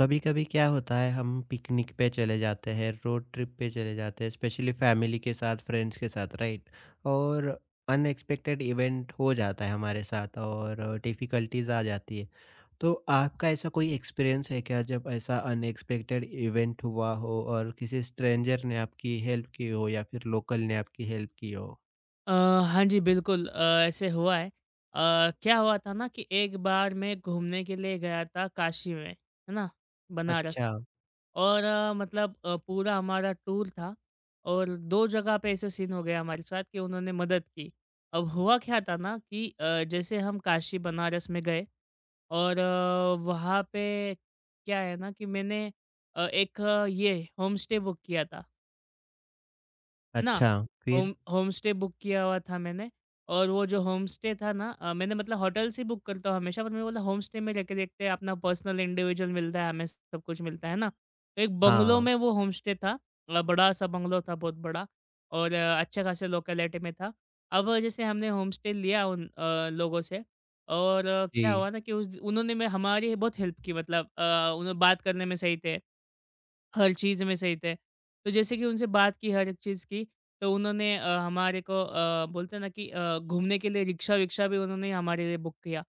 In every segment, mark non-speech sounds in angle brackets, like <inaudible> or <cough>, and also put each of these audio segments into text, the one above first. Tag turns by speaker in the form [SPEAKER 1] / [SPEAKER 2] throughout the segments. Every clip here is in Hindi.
[SPEAKER 1] कभी कभी क्या होता है, हम पिकनिक पे चले जाते हैं, रोड ट्रिप पे चले जाते हैं, स्पेशली फैमिली के साथ, फ्रेंड्स के साथ, राइट? और अनएक्सपेक्टेड इवेंट हो जाता है हमारे साथ और डिफिकल्टीज आ जाती है। तो आपका ऐसा कोई एक्सपीरियंस है क्या, जब ऐसा अनएक्सपेक्टेड इवेंट हुआ हो और किसी स्ट्रेंजर ने आपकी हेल्प की हो या फिर लोकल ने आपकी हेल्प की हो?
[SPEAKER 2] अ, हाँ जी, बिल्कुल ऐसे हुआ है। क्या हुआ था ना कि एक बार मैं घूमने के लिए गया था काशी में, है ना?
[SPEAKER 1] अच्छा।
[SPEAKER 2] बनारस। और मतलब पूरा हमारा टूर था और 2 जगह पे ऐसे सीन हो गया हमारे साथ कि उन्होंने मदद की। अब हुआ क्या था ना कि जैसे हम काशी बनारस में गए और वहाँ पे क्या है ना कि मैंने एक ये होम स्टे बुक किया था। है ना?
[SPEAKER 1] अच्छा। फिर?
[SPEAKER 2] होमस्टे बुक किया हुआ था मैंने और वो जो होमस्टे था ना मैंने मतलब होटल से बुक करता हूँ हमेशा पर मैंने बोला होमस्टे में जाके देखते हैं, अपना पर्सनल इंडिविजुअल मिलता है, हमें सब कुछ मिलता है ना? तो एक बंगलो
[SPEAKER 1] हाँ
[SPEAKER 2] में वो होमस्टे था। बड़ा-सा बंगलो था बहुत बड़ा और अच्छे खासे लोकेलिटी में था। अब जैसे हमने होमस्टे लिया उन लोगों से और क्या
[SPEAKER 1] जी।
[SPEAKER 2] हुआ ना कि उस उन्होंने में हमारी बहुत हेल्प की। मतलब उन्होंने बात करने में सही थे। हर चीज़ में सही थे। तो जैसे कि उनसे बात की हर एक चीज़ की, तो उन्होंने हमारे को बोलते हैं ना कि घूमने के लिए रिक्शा-विक्शा भी उन्होंने ही हमारे लिए बुक किया।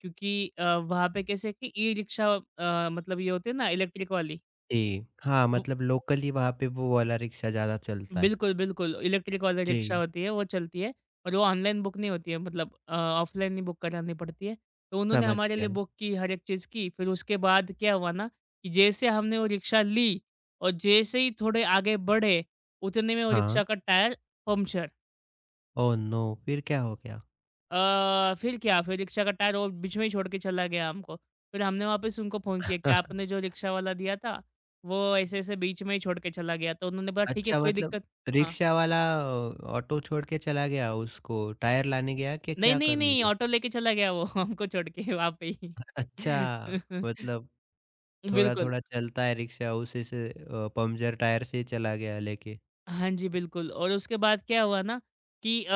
[SPEAKER 2] क्योंकि वहाँ पे कैसे कि ई-रिक्शा मतलब ये होते हैं ना इलेक्ट्रिक वाली।
[SPEAKER 1] जी हाँ, मतलब लोकली वहाँ पे वो वाला रिक्शा ज़्यादा चलता है।
[SPEAKER 2] बिल्कुल, बिल्कुल। इलेक्ट्रिक वाली रिक्शा
[SPEAKER 1] जी।
[SPEAKER 2] होती है, वो चलती है और वो ऑनलाइन बुक नहीं होती है, मतलब ऑफ़लाइन ही बुक करानी पड़ती है। तो उन्होंने
[SPEAKER 1] समझ
[SPEAKER 2] हमारे
[SPEAKER 1] गया।
[SPEAKER 2] लिए बुक की, हर एक चीज़ की। फिर उसके बाद क्या हुआ ना कि जैसे हमने वो रिक्शा ली और जैसे ही थोड़े आगे बढ़े, उतने में वो
[SPEAKER 1] हाँ।
[SPEAKER 2] रिक्शा का टायर पंक्चर।
[SPEAKER 1] Oh no! फिर क्या हो गया?
[SPEAKER 2] फिर क्या, फिर रिक्शा का टायर वो बीच में ही छोड़ के चला गया हमको। फिर हमने वापस उनको फ़ोन किया कि आपने
[SPEAKER 1] <laughs>
[SPEAKER 2] जो रिक्शा वाला दिया था, वो ऐसे-ऐसे बीच में ही छोड़ के चला गया। तो उन्होंने बोला ठीक है,
[SPEAKER 1] अच्छा,
[SPEAKER 2] कोई
[SPEAKER 1] मतलब
[SPEAKER 2] दिक्कत। हाँ।
[SPEAKER 1] रिक्शा वाला ऑटो छोड़ के चला गया, उसको टायर लाने गया कि
[SPEAKER 2] नहीं,
[SPEAKER 1] क्या
[SPEAKER 2] नहीं,
[SPEAKER 1] करने
[SPEAKER 2] नहीं,
[SPEAKER 1] गया?
[SPEAKER 2] ऑटो लेके चला गया वो <laughs> हमको छोड़ के वहाँ पे ही।
[SPEAKER 1] <laughs> अच्छा।
[SPEAKER 2] <laughs>
[SPEAKER 1] मतलब
[SPEAKER 2] बिल्कुल।
[SPEAKER 1] थोड़ा-थोड़ा चलता है रिक्शा उसी से, पंक्चर टायर से ही चला गया लेके।
[SPEAKER 2] हाँ जी, बिल्कुल। और उसके बाद क्या हुआ ना कि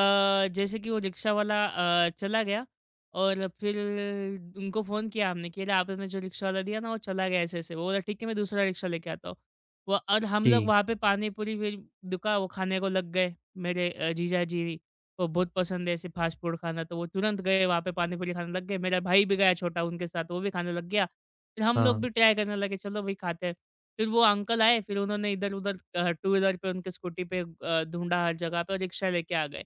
[SPEAKER 2] जैसे कि वो रिक्शा वाला चला गया और फिर उनको फ़ोन किया हमने कि अरे! आपने जो रिक्शा वाला दिया ना वो चला गया ऐसे-ऐसे। वो बोला ठीक है, मैं दूसरा रिक्शा लेके आता हूँ। व और हम लोग
[SPEAKER 1] जी।
[SPEAKER 2] वहाँ पे पानी पूरी फिर दुका वो खाने को लग गए। मेरे जीजाजी को बहुत पसंद है ऐसे फ़ास्ट फ़ूड खाना, तो वो तुरंत गए वहाँ पे पानी पूरी खाने लग गए। मेरा भाई भी गया छोटा उनके साथ, वो भी खाने लग गया। फिर हम लोग
[SPEAKER 1] हाँ।
[SPEAKER 2] भी ट्राई करने लगे, चलो भई खाते हैं। फिर वो अंकल आए, फिर उन्होंने इधर-उधर टू व्हीलर पे उनके स्कूटी पे ढूँढा हर जगह पे और रिक्शा लेके आ गए।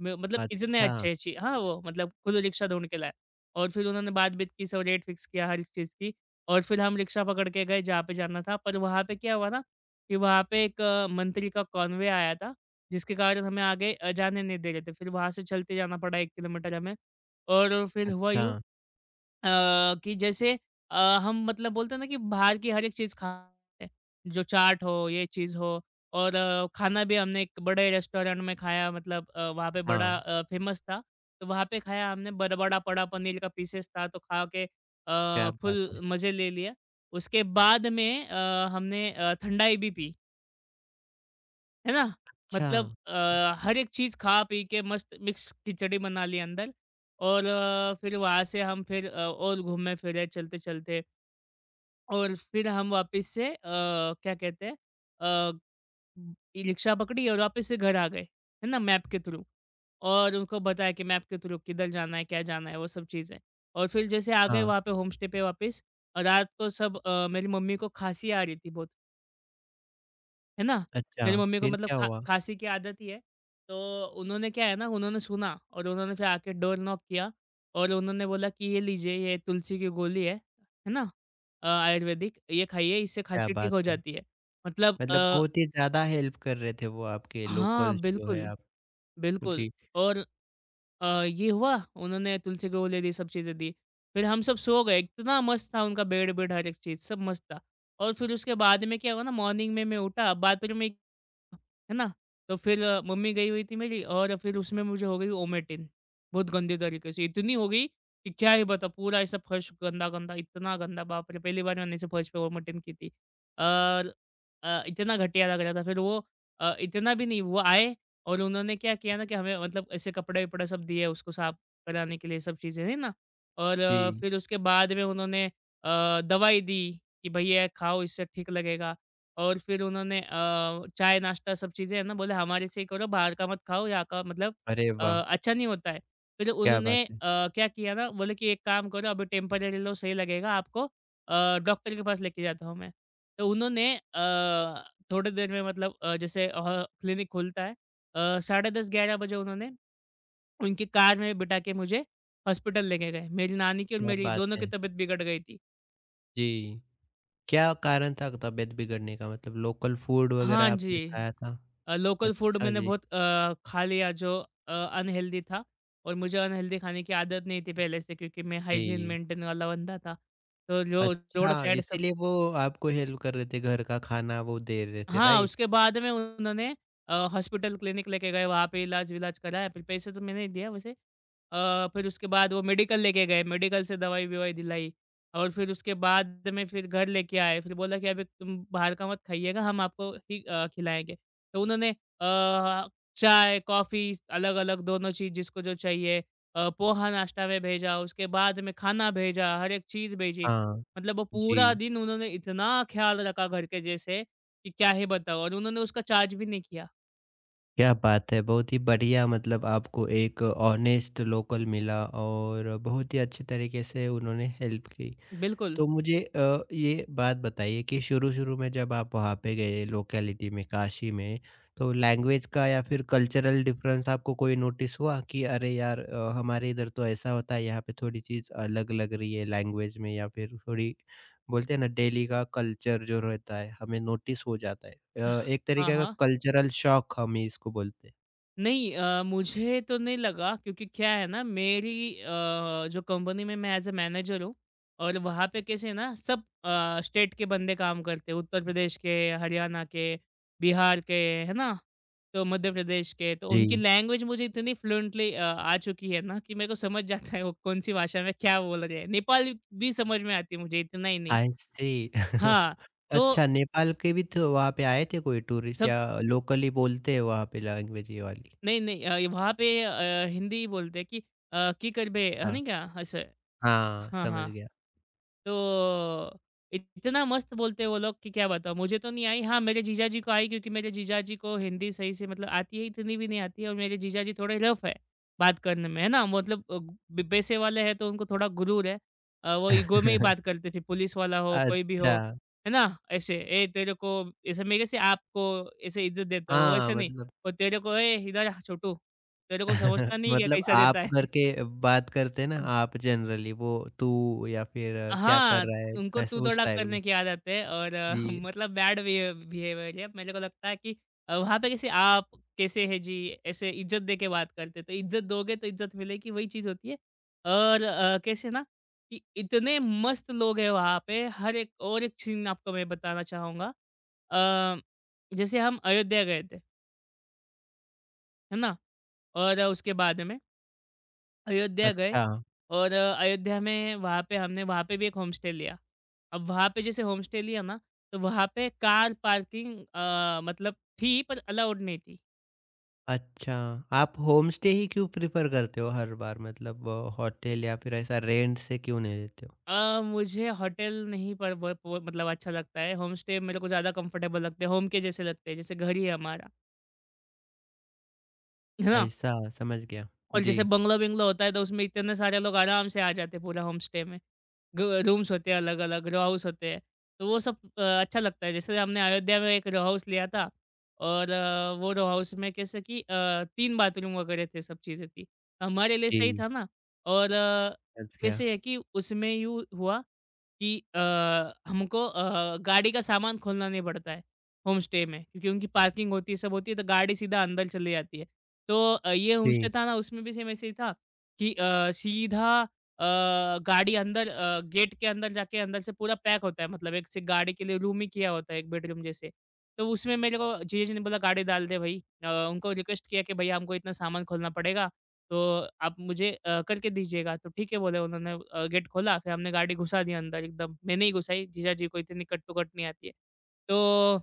[SPEAKER 2] म मतलब इतने
[SPEAKER 1] अच्छा।
[SPEAKER 2] अच्छे-अच्छे। हाँ, वो मतलब खुद रिक्शा ढूँढ के लाए और फिर उन्होंने बात-बीत की, सब रेट फिक्स किया हर चीज़ की और फिर हम रिक्शा पकड़ के गए जहाँ पे जाना था। पर वहाँ पे क्या हुआ ना कि वहाँ पे एक मंत्री का कॉन्वे आया था, जिसके कारण हमें आगे जाने नहीं दे रहे थे। फिर वहाँ से चलते जाना पड़ा 1 किलोमीटर हमें। और फिर हुआ
[SPEAKER 1] अच्छा।
[SPEAKER 2] यूँ अ, कि जैसे हम मतलब बोलते हैं ना कि बाहर की हर एक चीज़ खाते हैं। जो चाट हो, ये चीज़ हो और खाना भी हमने एक बड़े रेस्टोरेंट में खाया, मतलब वहाँ पे बड़ा
[SPEAKER 1] हाँ,
[SPEAKER 2] फ़ेमस था। तो वहाँ पे खाया हमने बर बड़ा पड़ा पनीर का पीसेस था, तो खा के
[SPEAKER 1] क्या बात
[SPEAKER 2] फुल
[SPEAKER 1] है।
[SPEAKER 2] मज़े ले लिया। उसके बाद में हमने ठंडाई भी पी। है ना?
[SPEAKER 1] अच्छा।
[SPEAKER 2] मतलब हर एक चीज़ खा-पी के मस्त मिक्स खिचड़ी बना ली अंदर और फिर वहाँ से हम फिर और घूमे-फिरे चलते-चलते और फिर हम वापस से क्या कहते हैं अ, ई-रिक्शा पकड़ी और वापस से घर आ गए, है ना? मैप के थ्रू, और उनको बताया कि मैप के थ्रू किधर जाना है, क्या जाना है, वो सब चीज़ें। और फिर जैसे आ गए
[SPEAKER 1] हाँ।
[SPEAKER 2] वहाँ पे होम स्टे पे वापस। और रात को सब मेरी मम्मी को खाँसी आ रही थी बहुत। है ना?
[SPEAKER 1] अच्छा,
[SPEAKER 2] मेरी मम्मी को
[SPEAKER 1] फिर
[SPEAKER 2] मतलब
[SPEAKER 1] क्या
[SPEAKER 2] खा
[SPEAKER 1] हुआ?
[SPEAKER 2] खाँसी की आदत ही है, तो उन्होंने, क्या है ना, उन्होंने सुना और उन्होंने फिर आके डोर नॉक किया और उन्होंने बोला कि ये लीजिए, ये तुलसी की गोली है ना? आयुर्वेदिक ये खाइए, इससे
[SPEAKER 1] क्या
[SPEAKER 2] खाँसी ठीक
[SPEAKER 1] बात
[SPEAKER 2] हो
[SPEAKER 1] है।
[SPEAKER 2] जाती है। मतलब
[SPEAKER 1] मतलब बहुत ही ज़्यादा हेल्प कर रहे थे वो आपके
[SPEAKER 2] हाँ,
[SPEAKER 1] लोकल्स जो है
[SPEAKER 2] बिल्कुल,
[SPEAKER 1] आप।
[SPEAKER 2] बिल्कुल।
[SPEAKER 1] जी।
[SPEAKER 2] और ये हुआ, उन्होंने तुलसी की गोली दी, सब चीज़ें दी। फिर हम सब सो गए, इतना मस्त था उनका बेड-वेड हर एक चीज़, सब मस्त था। और फिर उसके बाद में क्या हुआ ना, मॉर्निंग में मैं उठा, बाथरूम में, है ना? तो फिर मम्मी गई हुई थी मेरी और फिर उसमें मुझे हो गई ओमेटिन, बहुत गंदे तरीके से, इतनी हो गई कि क्या ही बताऊँ, पूरा ऐसा फर्श गंदा-गंदा, इतना गंदा, बाप रे! पहली बार मैंने ऐसे फर्श पे ओमेटिन की थी। और इतना घटिया लग रहा था। फिर वो इतना भी नहीं, वो आए और उन्होंने क्या किया ना कि हमें मतलब ऐसे कपड़े-वपड़े सब दिए उसको साफ कराने के लिए, सब चीज़ें, है ना? और
[SPEAKER 1] जी।
[SPEAKER 2] फिर उसके बाद में उन्होंने दवाई दी कि भैया खाओ, इससे ठीक लगेगा। और फिर उन्होंने चाय नाश्ता सब चीज़ें, है ना, बोले हमारे से ही करो, बाहर का मत खाओ, यहाँ का मतलब
[SPEAKER 1] अरे वाह!
[SPEAKER 2] अच्छा नहीं होता है। फिर
[SPEAKER 1] क्या बात
[SPEAKER 2] उन्होंने
[SPEAKER 1] है!
[SPEAKER 2] क्या किया ना, बोले कि एक काम करो, अभी टेम्परेरी लो, सही लगेगा आपको, डॉक्टर के पास लेके जाता हूँ मैं। तो उन्होंने थोड़ी देर में मतलब जैसे क्लिनिक खुलता है साढ़े 10-11 बजे, उन्होंने उनकी कार में बिठा के मुझे हॉस्पिटल लेके गए। मेरी नानी की और
[SPEAKER 1] क्या
[SPEAKER 2] मेरी,
[SPEAKER 1] बात
[SPEAKER 2] दोनों की
[SPEAKER 1] है!
[SPEAKER 2] तबीयत बिगड़ गई थी।
[SPEAKER 1] जी, क्या कारण था तबीयत बिगड़ने का? मतलब लोकल फूड
[SPEAKER 2] हाँ
[SPEAKER 1] वगैरह आपने
[SPEAKER 2] जी।
[SPEAKER 1] खाया था?
[SPEAKER 2] लोकल फूड
[SPEAKER 1] अच्छा
[SPEAKER 2] मैंने
[SPEAKER 1] जी।
[SPEAKER 2] बहुत खा लिया जो अनहेल्दी था और मुझे अनहेल्दी खाने की आदत नहीं थी पहले से, क्योंकि मैं हाइजीन
[SPEAKER 1] जी।
[SPEAKER 2] मेंटेन वाला बंदा था। तो जो रोड
[SPEAKER 1] अच्छा,
[SPEAKER 2] साइड सब।
[SPEAKER 1] इसीलिए वो आपको हेल्प कर रहे थे, घर का खाना वो दे रहे थे,
[SPEAKER 2] हाँ,
[SPEAKER 1] राइट?
[SPEAKER 2] उसके बाद में उन्होंने हॉस्पिटल क्लिनिक लेके गए, वहाँ पे इलाज विलाज कराया, फिर पैसे तो मैंने ही दिया वैसे। फिर उसके बाद वो मेडिकल लेके गए, मेडिकल से दवाई-ववाई दिलाई और फिर उसके बाद में फिर घर लेके आए। फिर बोला कि अभी तुम बाहर का मत खाइएगा, हम आपको ही खिलाएँगे। तो उन्होंने चाय, कॉफ़ी, अलग-अलग दोनों चीज़ जिसको जो चाहिए, पोहा नाश्ता में भेजा, उसके बाद में खाना भेजा, हर एक चीज़ भेजी।
[SPEAKER 1] हाँ।
[SPEAKER 2] मतलब वो पूरा
[SPEAKER 1] जी।
[SPEAKER 2] दिन उन्होंने इतना ख़्याल रखा घर के जैसे कि क्या ही बताऊँ, और उन्होंने उसका चार्ज भी नहीं किया।
[SPEAKER 1] क्या बात है! बहुत ही बढ़िया, मतलब आपको एक ऑनेस्ट लोकल मिला और बहुत ही अच्छे तरीके से उन्होंने हेल्प की।
[SPEAKER 2] बिल्कुल।
[SPEAKER 1] तो मुझे ये बात बताइए कि शुरू-शुरू में जब आप वहाँ पे गए लोकेलिटी में, काशी में, तो लैंग्वेज का या फिर कल्चरल डिफरेंस आपको कोई नोटिस हुआ कि अरे यार, हमारे इधर तो ऐसा होता है, यहाँ पे थोड़ी चीज़ अलग लग रही है लैंग्वेज में या फिर थोड़ी, बोलते हैं ना डेली का कल्चर जो रहता है, हमें नोटिस हो जाता है। एक
[SPEAKER 2] हाँ,
[SPEAKER 1] तरीके का
[SPEAKER 2] हाँ।
[SPEAKER 1] कल्चरल शॉक हम इसको बोलते हैं।
[SPEAKER 2] नहीं, मुझे तो नहीं लगा, क्योंकि क्या है ना मेरी अ, जो कंपनी में मैं एज अ मैनेजर हूँ, और वहाँ पे कैसे ना, सब स्टेट के बंदे काम करते हैं, उत्तर प्रदेश के, हरियाणा के, बिहार के, है ना, तो मध्य प्रदेश के, तो उनकी
[SPEAKER 1] जी।
[SPEAKER 2] लैंग्वेज मुझे इतनी फ्लुएंटली आ चुकी है ना कि मेरे को समझ जाता है वो कौन सी भाषा में क्या बोल रहे हैं। नेपाल भी समझ में आती है मुझे, इतना ही नहीं,
[SPEAKER 1] आई सी।
[SPEAKER 2] हाँ,
[SPEAKER 1] <laughs>
[SPEAKER 2] तो
[SPEAKER 1] अच्छा, नेपाल के भी तो वहाँ पे आए थे कोई टूरिस्ट
[SPEAKER 2] सब।
[SPEAKER 1] या लोकली बोलते हैं वहाँ पे लैंग्वेज ये वाली?
[SPEAKER 2] नहीं, नहीं, वहाँ पे हिंदी बोलते हैं कि की कर बे है
[SPEAKER 1] हाँ,
[SPEAKER 2] नहीं क्या, ऐसे।
[SPEAKER 1] हाँ,
[SPEAKER 2] हाँ,
[SPEAKER 1] समझ
[SPEAKER 2] हाँ।
[SPEAKER 1] गया।
[SPEAKER 2] तो इतना मस्त बोलते हैं वो लोग कि क्या बताऊँ। मुझे तो नहीं आई, हाँ मेरे जीजा जी को आई, क्योंकि मेरे जीजा जी को हिंदी सही से मतलब आती है, इतनी भी नहीं आती है। और मेरे जीजा जी थोड़े रफ़ है बात करने में, है ना? मतलब ब पैसे वाले हैं तो उनको थोड़ा गुरूर है। वो ईगो में ही बात
[SPEAKER 1] <laughs>
[SPEAKER 2] करते थे, पुलिस वाला हो, कोई भी
[SPEAKER 1] अच्छा।
[SPEAKER 2] हो, है ना? ऐसे, "ए तेरे को" ऐसे, मेरे से आपको ऐसे इज़्ज़त देता है, वो
[SPEAKER 1] हाँ,
[SPEAKER 2] ऐसे नहीं।
[SPEAKER 1] मतलब
[SPEAKER 2] वो तेरे को, "ए इधर आ छोटू, तेरे को
[SPEAKER 1] <laughs>
[SPEAKER 2] समझता नहीं है क्या,
[SPEAKER 1] मतलब
[SPEAKER 2] कैसा देता
[SPEAKER 1] आप
[SPEAKER 2] है?"
[SPEAKER 1] करके बात करते हैं ना
[SPEAKER 2] <laughs>
[SPEAKER 1] आप जनरली, वो तू या फिर क्या कर
[SPEAKER 2] हाँ,
[SPEAKER 1] रहा है?
[SPEAKER 2] उनको तू
[SPEAKER 1] ऐसे उस
[SPEAKER 2] तोड़ा
[SPEAKER 1] टाइप
[SPEAKER 2] करने
[SPEAKER 1] में।
[SPEAKER 2] की आदत है और <laughs>
[SPEAKER 1] जी।
[SPEAKER 2] मतलब बैड बिहेवियर है। मेरे को लगता है कि वहाँ पे जैसे आप कैसे हैं जी, ऐसे इज़्ज़त दे के बात करते हैं, तो इज़्ज़त दोगे तो इज़्ज़त मिलेगी, वही चीज़ होती है। और कैसे ना कि इतने मस्त लोग हैं वहाँ पे हर एक, और एक सीन आपको मैं बताना चाहूँगा। अ, जैसे हम अयोध्या गए थे, है ना? और उसके बाद में अयोध्या गए
[SPEAKER 1] अच्छा।
[SPEAKER 2] और अयोध्या में वहाँ पे, हमने वहाँ पे भी एक होमस्टे लिया। अब वहाँ पे जैसे होमस्टे लिया ना, तो वहाँ पे कार पार्किंग मतलब थी पर अलाउड नहीं थी।
[SPEAKER 1] अच्छा, आप होमस्टे ही क्यों प्रेफ़र करते हो हर बार? मतलब होटल या फिर ऐसा रेंट से क्यों नहीं लेते हो?
[SPEAKER 2] मुझे होटल नहीं पर ब ब मतलब अच्छा लगता है, होमस्टे मेरे को ज़्यादा कंफर्टेबल लगते हैं, होम के जैसे लगते हैं, जैसे घर ही है हमारा, है ना?
[SPEAKER 1] ऐसा, समझ गया।
[SPEAKER 2] और
[SPEAKER 1] जी।
[SPEAKER 2] जैसे बंगलो-विंगलो होता है तो उसमें इतने सारे लोग आराम से आ जाते हैं पूरा होमस्टे में। ग रूम्स होते हैं अलग-अलग, रो हाउस होते हैं, तो वो सब अच्छा लगता है। जैसे हमने अयोध्या में एक रो हाउस लिया था और वो रो हाउस में कैसे कि 3 बाथरूम वगैरह थे, सब चीज़ें थी। हमारे लिए सही
[SPEAKER 1] जी,
[SPEAKER 2] था ना। और
[SPEAKER 1] समझ गया।
[SPEAKER 2] कैसे है कि उसमें यूँ हुआ कि हमको गाड़ी का सामान खोलना नहीं पड़ता है होमस्टे में क्योंकि उनकी पार्किंग होती है, सब होती है, तो गाड़ी सीधा अंदर चली जाती है। तो ये होमस्टे
[SPEAKER 1] जी।
[SPEAKER 2] था ना, उसमें भी सेम ऐसे ही था कि सीधा अ, गाड़ी अंदर गेट के अंदर जाके अंदर से पूरा पैक होता है मतलब एक सिर्फ गाड़ी के लिए रूम ही किया होता है एक बेडरूम जैसे। तो उसमें मेरे को जीजा जी ने बोला गाड़ी डाल दे भाई। उनको रिक्वेस्ट किया कि भैया हमको इतना सामान खोलना पड़ेगा, तो आप मुझे करके दीजिएगा। तो ठीक है बोले उन्होंने, गेट खोला फिर हमने गाड़ी घुसा दी अंदर एकदम। मैंने ही घुसाई, जीजा जी को इतनी कट-टू-कट नहीं आती है। तो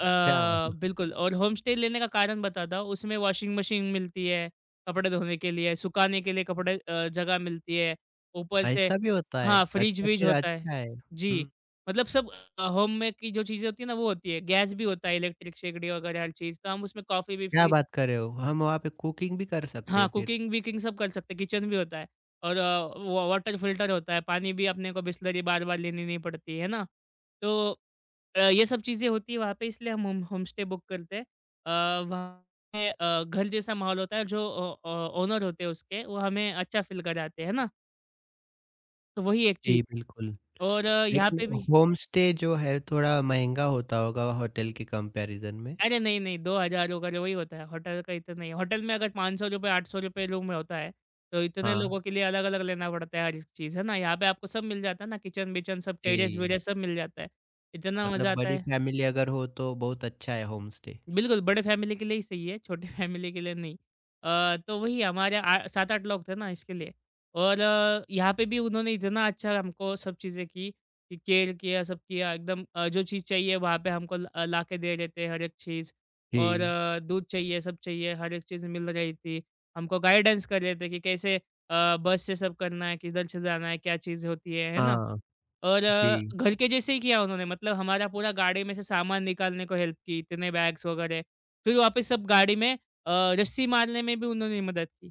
[SPEAKER 2] अ, बिल्कुल। और होम स्टे लेने का कारण बताता हूँ, उसमें वॉशिंग मशीन मिलती है, कपड़े धोने के लिए, सुखाने के लिए कपड़े जगह मिलती है। ऊपर से
[SPEAKER 1] ऐसा भी होता है?
[SPEAKER 2] हाँ,
[SPEAKER 1] अच्छा,
[SPEAKER 2] फ्रिज-व्रिज
[SPEAKER 1] फिर
[SPEAKER 2] होता है।
[SPEAKER 1] अच्छा है।
[SPEAKER 2] जी,
[SPEAKER 1] हुँ,
[SPEAKER 2] मतलब सब होम में की जो चीज़ें होती है ना वो होती है। गैस भी होता है, इलेक्ट्रिक शेगड़ी वगैरह हर चीज़, तो हम उसमें कॉफ़ी भी
[SPEAKER 1] क्या
[SPEAKER 2] फ्री।
[SPEAKER 1] बात कर रहे हो? हम वहाँ पे कुकिंग भी कर सकते
[SPEAKER 2] हाँ,
[SPEAKER 1] हैं फिर।
[SPEAKER 2] कुकिंग-विकिंग सब कर सकते हैं, किचन भी होता है और अ, व वाटर फिल्टर होता है, पानी भी अपने को बिसलरी बार-बार लेनी नहीं पड़ती है ना? तो ये सब चीज़ें होती है वहाँ पे इसलिए हम होमस्टे बुक करते हैं। अ, वहाँ पे घर जैसा माहौल होता है। जो ओनर होते हैं उसके, वो हमें अच्छा फ़ील कराते हैं ना? तो वही एक चीज़।
[SPEAKER 1] जी, बिल्कुल।
[SPEAKER 2] और यहाँ
[SPEAKER 1] लेकिन
[SPEAKER 2] पे भी
[SPEAKER 1] होम स्टे जो है थोड़ा महँगा होता होगा होटल के कंपैरिज़न में?
[SPEAKER 2] अरे नहीं, नहीं 2000 का जो वही होता है, होटल का इतना नहीं है। होटल में अगर ₹500 ₹800 रूम में होता है, तो इतने
[SPEAKER 1] हाँ।
[SPEAKER 2] लोगों के लिए अलग-अलग लेना पड़ता है हर एक चीज़, है ना? यहाँ पे आपको सब मिल जाता है ना, किचन-विचन सब,
[SPEAKER 1] जी।
[SPEAKER 2] टेरेस-वेरेस सब मिल जाता है। इतना
[SPEAKER 1] मतलब
[SPEAKER 2] मज़ा आता
[SPEAKER 1] बड़ी
[SPEAKER 2] है।
[SPEAKER 1] फैमिली अगर हो तो बहुत अच्छा है होम स्टे।
[SPEAKER 2] बिल्कुल, बड़े फैमिली के लिए ही सही है, छोटे <laughs> फैमिली के लिए नहीं। तो वही हमारे आ 7-8 लोग थे ना इसके लिए। और यहाँ पे भी उन्होंने इतना अच्छा हमको सब चीज़ें की, कि केयर किया, सब किया एकदम। जो चीज़ चाहिए वहाँ पे हमको लाके दे रहे थे हर एक चीज़। और
[SPEAKER 1] जी।
[SPEAKER 2] दूध चाहिए, सब चाहिए, हर एक चीज़ मिल रही थी। हमको गाइडेंस कर रहे थे कि कैसे बस से सब करना है, किधर से जाना है, क्या चीज़ होती है ना?
[SPEAKER 1] हाँ।
[SPEAKER 2] और
[SPEAKER 1] जी।
[SPEAKER 2] घर के जैसे ही किया उन्होंने। मतलब हमारा पूरा गाड़ी में से सामान निकालने को हेल्प की, इतने बैग्स वगैरह। फिर वापस सब गाड़ी में रस्सी मारने में भी उन्होंने मदद की।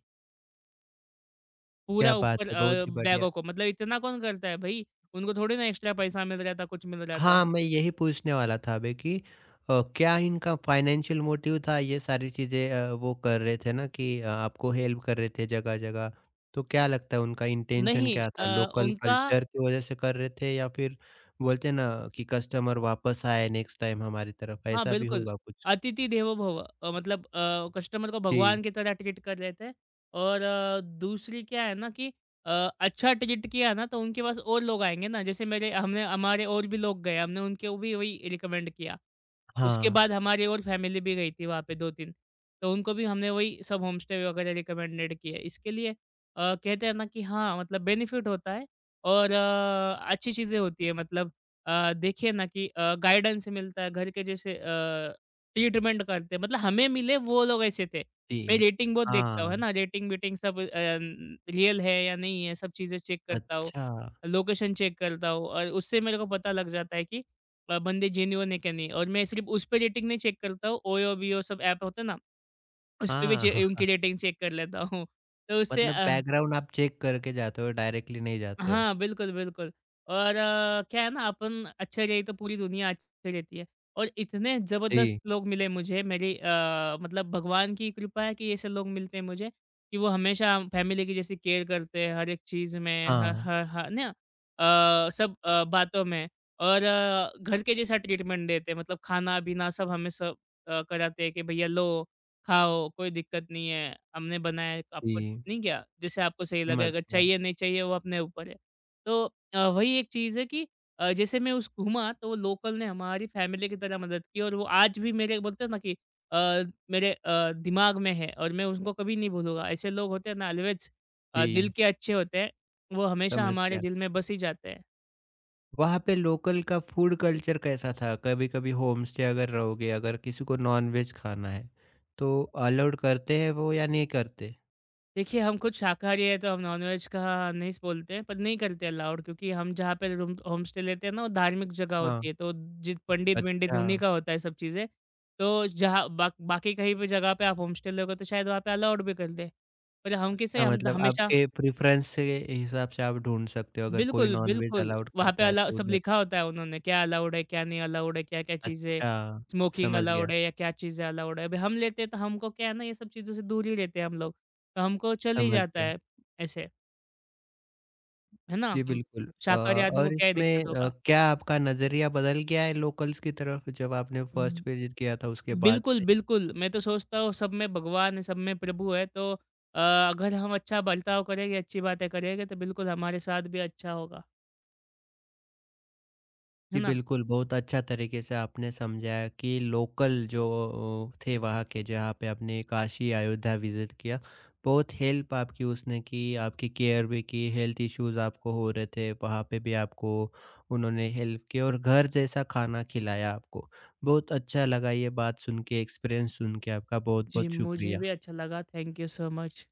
[SPEAKER 2] पूरा
[SPEAKER 1] क्या बात
[SPEAKER 2] ऊपर
[SPEAKER 1] है, बहुत ही बढ़िया।
[SPEAKER 2] बैगों को, मतलब इतना कौन करता है भई? उनको थोड़ी ना एक्स्ट्रा पैसा मिल रहा था, कुछ मिल रहा था।
[SPEAKER 1] हाँ, मैं यही पूछने वाला था अभी कि क्या इनका फाइनेंशियल मोटिव था ये सारी चीज़ें, वो कर रहे थे ना कि आपको हेल्प कर रहे थे जगह-जगह। तो क्या लगता है उनका इंटेंशन
[SPEAKER 2] नहीं
[SPEAKER 1] क्या था? लोकल
[SPEAKER 2] उनका
[SPEAKER 1] कल्चर की वजह से कर रहे थे या फिर बोलते हैं ना कि कस्टमर वापस आए नेक्स्ट टाइम हमारी तरफ,
[SPEAKER 2] हाँ,
[SPEAKER 1] ऐसा भी
[SPEAKER 2] बिल्कुल।
[SPEAKER 1] होगा कुछ?
[SPEAKER 2] अतिथि देवो भव। मतलब कस्टमर को
[SPEAKER 1] जी।
[SPEAKER 2] भगवान की तरह ट्रीट कर लेते हैं। और दूसरी क्या है ना कि अ, अच्छा ट्रीट किया ना तो उनके पास और लोग आएँगे ना। जैसे मेरे हमने हमारे और भी लोग गए, हमने उनके वो भी वही रिकमेंड किया। उसके
[SPEAKER 1] हाँ।
[SPEAKER 2] बाद हमारी और फैमिली भी गई थी वहाँ पे 2-3, तो उनको भी हमने वही सब होमस्टे वगैरह रिकमेंडेड किए। इसके लिए कहते हैं ना कि हाँ, मतलब बेनिफिट होता है और अच्छी चीज़ें होती है। मतलब देखिए ना कि गाइडेंस मिलता है घर के जैसे। ट्रीटमेंट करते हैं, मतलब हमें मिले वो लोग ऐसे थे।
[SPEAKER 1] जी।
[SPEAKER 2] मैं रेटिंग बहुत देखता हूँ, है
[SPEAKER 1] हाँ,
[SPEAKER 2] ना? रेटिंग-वेटिंग सब रियल है या नहीं है सब चीज़ें चेक करता हूँ,
[SPEAKER 1] अच्छा।
[SPEAKER 2] लोकेशन चेक करता हूँ और उससे मेरे को पता लग जाता है कि बंदे जेन्युइन है क्या नहीं। और मैं सिर्फ़ उस पे रेटिंग नहीं चेक करता हूँ, ओयो, बियो सब ऐप होते हैं ना, उसपे भी
[SPEAKER 1] हाँ,
[SPEAKER 2] चे उनकी
[SPEAKER 1] <laughs>
[SPEAKER 2] रेटिंग चेक कर लेता हूँ। तो उससे
[SPEAKER 1] मतलब
[SPEAKER 2] अ।
[SPEAKER 1] बैकग्राउंड आप चेक करके जाते हो, डायरेक्टली नहीं जाते हो।
[SPEAKER 2] हाँ, बिल्कुल, बिल्कुल। और क्या है ना, अपन अच्छे रहे तो पूरी दुनिया अच्छी रहती है और इतने ज़बरदस्त
[SPEAKER 1] जी।
[SPEAKER 2] लोग मिले मुझे मेरी, मतलब भगवान की कृपा है कि ऐसे लोग मिलते हैं मुझे कि वो हमेशा फैमिली की जैसी केयर करते हैं हर एक चीज़ में ह
[SPEAKER 1] हाँ।
[SPEAKER 2] ह ह ना। सब बातों में। और घर के जैसा ट्रीटमेंट देते हैं। मतलब खाना-पीना सब हमें सब कराते हैं कि भैया लो, खाओ, कोई दिक्कत नहीं है, हमने बनाया है, आपको
[SPEAKER 1] जी,
[SPEAKER 2] नहीं क्या? जैसे आपको सही लगे,
[SPEAKER 1] समझ
[SPEAKER 2] अगर
[SPEAKER 1] गया।
[SPEAKER 2] चाहिए, नहीं चाहिए वो अपने ऊपर है। तो वही एक चीज़ है कि जैसे मैं उस घूमा तो वो लोकल ने हमारी फैमिली की तरह मदद की और वो आज भी मेरे बोलते हैं ना कि अ, मेरे दिमाग में है और मैं उनको कभी नहीं भूलूँगा। ऐसे लोग होते हैं ना ऑलवेज़ दिल
[SPEAKER 1] जी,
[SPEAKER 2] के अच्छे होते हैं, वो हमेशा
[SPEAKER 1] समझ
[SPEAKER 2] हमारे
[SPEAKER 1] गया।
[SPEAKER 2] दिल में बस ही जाते हैं।
[SPEAKER 1] वहाँ पे लोकल का फूड कल्चर कैसा था? कभी-कभी होम स्टे अगर रहोगे, अगर किसी को नॉन-वेज खाना है, तो अलाउड करते हैं वो या नहीं करते?
[SPEAKER 2] देखिए, हम खुद शाकाहारी हैं, तो हम नॉनवेज का नहीं बोलते हैं, पर नहीं करते अलाउड, क्योंकि हम जहाँ पे रूम होम स्टे लेते हैं ना, वो धार्मिक जगह होती
[SPEAKER 1] हाँ।
[SPEAKER 2] है, तो जित पंडित-वंडित
[SPEAKER 1] अच्छा,
[SPEAKER 2] उन्हीं का होता है सब चीज़ें। तो जहाँ बा बाकी कहीं भी जगह पे आप होम स्टे लोगे, तो शायद वहाँ पे अलाउड भी कर दें। पर हम कैसे
[SPEAKER 1] अच्छा,
[SPEAKER 2] हम तो
[SPEAKER 1] मतलब
[SPEAKER 2] हमेशा
[SPEAKER 1] आपके प्रेफ़रेंस के हिसाब से आप ढूँढ सकते हो अगर कोई
[SPEAKER 2] बिल्कुल,
[SPEAKER 1] नॉन-वेज
[SPEAKER 2] बिल्कुल,
[SPEAKER 1] अलाउड
[SPEAKER 2] वहाँ पे
[SPEAKER 1] करता है
[SPEAKER 2] अलाउ
[SPEAKER 1] तो
[SPEAKER 2] सब
[SPEAKER 1] उधर।
[SPEAKER 2] लिखा होता है उन्होंने, क्या अलाउड है, क्या नहीं अलाउड है, क्या-क्या चीज़ें
[SPEAKER 1] अच्छा,
[SPEAKER 2] स्मोकिंग
[SPEAKER 1] समझ गया,
[SPEAKER 2] अलाउड है या क्या चीज़ें अलाउड है। अभी हम लेते हैं, तो हमको क्या है ना, ये सब चीज़ों से दूर ही रहते हैं हम लोग, तो हमको चल ही
[SPEAKER 1] समझ
[SPEAKER 2] जाता
[SPEAKER 1] गया।
[SPEAKER 2] है, ऐसे। है ना?
[SPEAKER 1] जी, बिल्कुल।
[SPEAKER 2] शाकाहारी आदमी को
[SPEAKER 1] और
[SPEAKER 2] क्या ही
[SPEAKER 1] इसमें
[SPEAKER 2] दिक्कत होगा।
[SPEAKER 1] क्या आपका नज़रिया बदल गया है लोकल्स की तरफ जब आपने फर्स्ट
[SPEAKER 2] उम,
[SPEAKER 1] विज़िट किया था उसके बाद
[SPEAKER 2] बिल्कुल,
[SPEAKER 1] से?
[SPEAKER 2] बिल्कुल, मैं तो सोचता हूँ सब में भगवान है, सब में प्रभु है। तो अगर हम अच्छा बर्ताव करेंगे, अच्छी बातें करेंगे तो बिल्कुल हमारे साथ भी अच्छा होगा। है
[SPEAKER 1] जी,
[SPEAKER 2] ना?
[SPEAKER 1] बिल्कुल, बहुत अच्छा तरीके से आपने समझाया कि लोकल जो थे वहाँ के, जहाँ पे आपने काशी, अयोध्या विज़िट किया, बहुत हेल्प आपकी उसने की, आपकी केयर भी की, हेल्थ इश्यूज़ आपको हो रहे थे, वहाँ पे भी आपको उन्होंने हेल्प की और घर जैसा खाना खिलाया आपको। बहुत अच्छा लगा ये बात सुन के, एक्सपीरियंस सुन के आपका,
[SPEAKER 2] जी,
[SPEAKER 1] बहुत-बहुत
[SPEAKER 2] मुझे
[SPEAKER 1] शुक्रिया।
[SPEAKER 2] भी अच्छा लगा। Thank you so much.